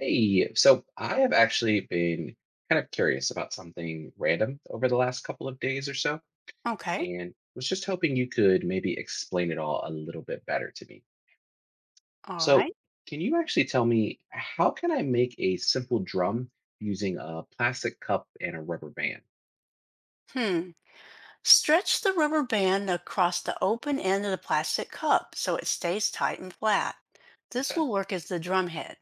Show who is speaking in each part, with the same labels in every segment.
Speaker 1: Hey, so I have actually been kind of curious about something random over the last couple of days or so,
Speaker 2: Okay.
Speaker 1: and was just hoping you could maybe explain it all a little bit better to me.
Speaker 2: All
Speaker 1: So,
Speaker 2: right.
Speaker 1: can you actually tell me how can I make a simple drum using a plastic cup and a rubber band?
Speaker 2: Hmm. Stretch the rubber band across the open end of the plastic cup so it stays tight and flat. This
Speaker 1: Okay.
Speaker 2: will work as the drum head.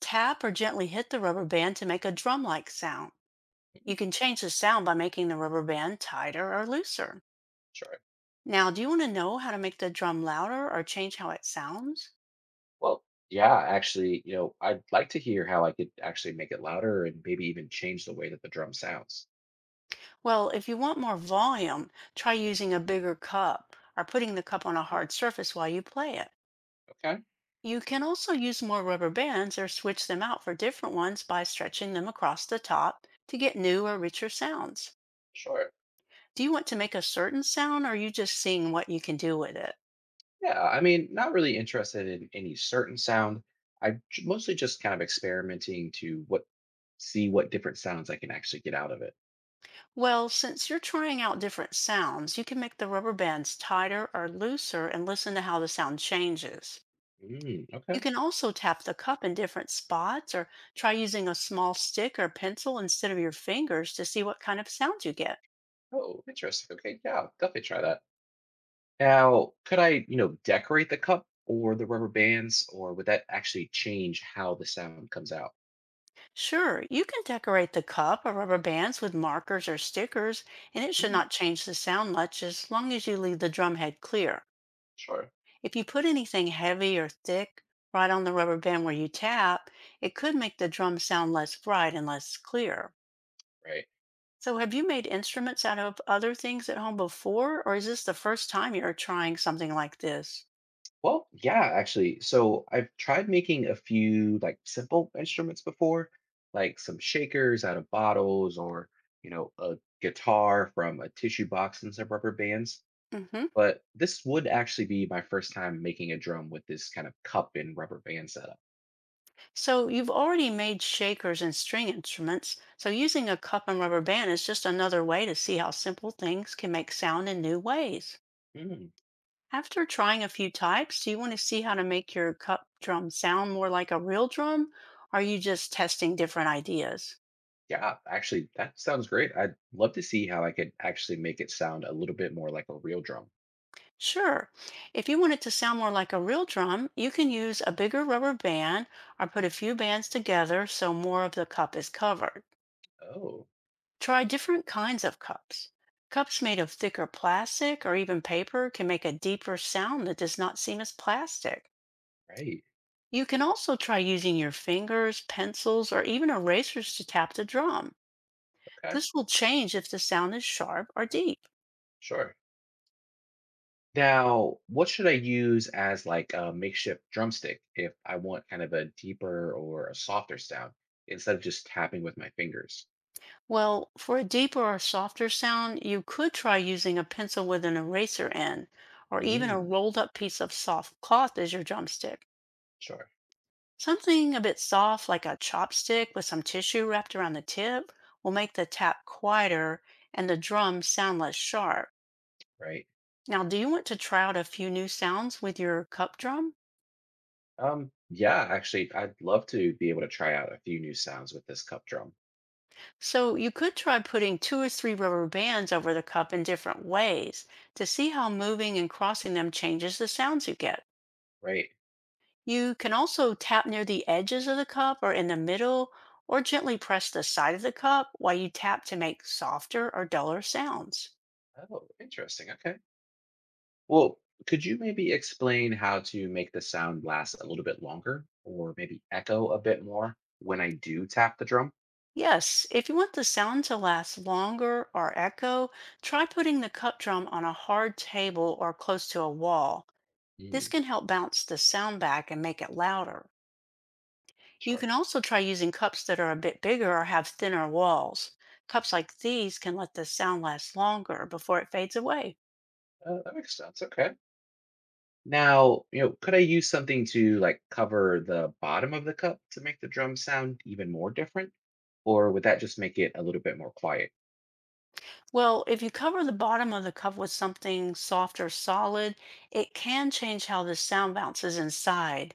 Speaker 2: Tap or gently hit the rubber band to make a drum like sound. You
Speaker 1: Mhm.
Speaker 2: can change the sound by making the rubber band tighter or looser.
Speaker 1: Sure.
Speaker 2: Now, do you want to know how to make the drum louder or change how it sounds?
Speaker 1: Well, yeah, actually, I'd like to hear how I could actually make it louder and maybe even change the way that the drum sounds.
Speaker 2: Well, if you want more volume, try using a bigger cup or putting the cup on a hard surface while you play it.
Speaker 1: Okay.
Speaker 2: You can also use more rubber bands or switch them out for different ones by stretching them across the top to get new or richer sounds.
Speaker 1: Sure.
Speaker 2: Do you want to make a certain sound, or are you just seeing what you can do with it?
Speaker 1: Yeah, I mean, not really interested in any certain sound. Mostly just kind of experimenting to what see what different sounds I can actually get out of it.
Speaker 2: Well, since you're trying out different sounds, you can make the rubber bands tighter or looser and listen to how the sound changes.
Speaker 1: Mm,
Speaker 2: You
Speaker 1: okay.
Speaker 2: can also tap the cup in different spots or try using a small stick or pencil instead of your fingers to see what kind of sound you get.
Speaker 1: Oh, interesting. Okay, yeah, I'll definitely try that. Now, could I, decorate the cup or the rubber bands, or would that actually change how the sound comes out?
Speaker 2: Sure, you can decorate the cup or rubber bands with markers or stickers, and it should
Speaker 1: Mm.
Speaker 2: not change the sound much as long as you leave the drumhead clear.
Speaker 1: Sure.
Speaker 2: If you put anything heavy or thick right on the rubber band where you tap, it could make the drum sound less bright and less clear.
Speaker 1: Right.
Speaker 2: So, have you made instruments out of other things at home before, or is this the first time you're trying something like this?
Speaker 1: Yeah, actually. So I've tried making a few like simple instruments before, like some shakers out of bottles or, a guitar from a tissue box and some rubber bands.
Speaker 2: Mm hmm.
Speaker 1: But this would actually be my first time making a drum with this kind of cup and rubber band setup.
Speaker 2: So you've already made shakers and string instruments, so using a cup and rubber band is just another way to see how simple things can make sound in new ways.
Speaker 1: Mm,
Speaker 2: After trying a few types, do you want to see how to make your cup drum sound more like a real drum? Or are you just testing different ideas?
Speaker 1: yeah, actually, that sounds great. I'd love to see how I could actually make it sound a little bit more like a real drum.
Speaker 2: Sure. If you want it to sound more like a real drum, you can use a bigger rubber band or put a few bands together so more of the cup is covered.
Speaker 1: Oh,
Speaker 2: Try different kinds of cups. Cups made of thicker plastic or even paper can make a deeper sound that does not seem as plastic.
Speaker 1: right.
Speaker 2: You can also try using your fingers, pencils, or even erasers to tap the drum.
Speaker 1: Okay,
Speaker 2: This will change if the sound is sharp or deep.
Speaker 1: sure. Now, what should I use as like a makeshift drumstick if I want kind of a deeper or a softer sound instead of just tapping with my fingers?
Speaker 2: Well, for a deeper or softer sound, you could try using a pencil with an eraser end, or even a
Speaker 1: Mm,
Speaker 2: rolled up piece of soft cloth as your drumstick.
Speaker 1: sure,
Speaker 2: Something a bit soft, like a chopstick with some tissue wrapped around the tip, will make the tap quieter and the drum sound less sharp.
Speaker 1: right.
Speaker 2: Now, do you want to try out a few new sounds with your cup drum?
Speaker 1: Yeah, actually, I'd love to be able to try out a few new sounds with this cup drum,
Speaker 2: So, you could try putting two or three rubber bands over the cup in different ways to see how moving and crossing them changes the sounds you get.
Speaker 1: right?
Speaker 2: You can also tap near the edges of the cup or in the middle, or gently press the side of the cup while you tap to make softer or duller sounds.
Speaker 1: Oh, interesting. Okay. Well, could you maybe explain how to make the sound last a little bit longer or maybe echo a bit more when I do tap the drum?
Speaker 2: Yes, if you want the sound to last longer or echo, try putting the cup drum on a hard table or close to a wall. This
Speaker 1: Mm,
Speaker 2: can help bounce the sound back and make it louder. You
Speaker 1: sure.
Speaker 2: can also try using cups that are a bit bigger or have thinner walls. Cups like these can let the sound last longer before it fades away.
Speaker 1: That makes sense. Okay. Now, could I use something to like cover the bottom of the cup to make the drum sound even more different? Or would that just make it a little bit more quiet?
Speaker 2: Well, if you cover the bottom of the cup with something soft or solid, it can change how the sound bounces inside.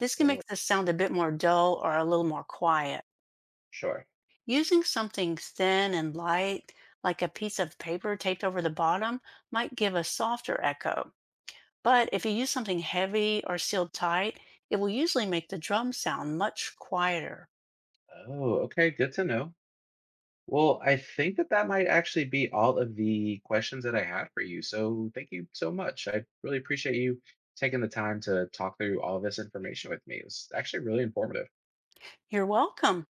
Speaker 2: This can
Speaker 1: Oh.
Speaker 2: make the sound a bit more dull or a little more quiet.
Speaker 1: Sure.
Speaker 2: Using something thin and light, like a piece of paper taped over the bottom, might give a softer echo. But if you use something heavy or sealed tight, it will usually make the drum sound much quieter.
Speaker 1: Oh, okay. Good to know. Well, I think that that might actually be all of the questions that I had for you. So thank you so much. I really appreciate you taking the time to talk through all this information with me. It was actually really informative.
Speaker 2: You're welcome.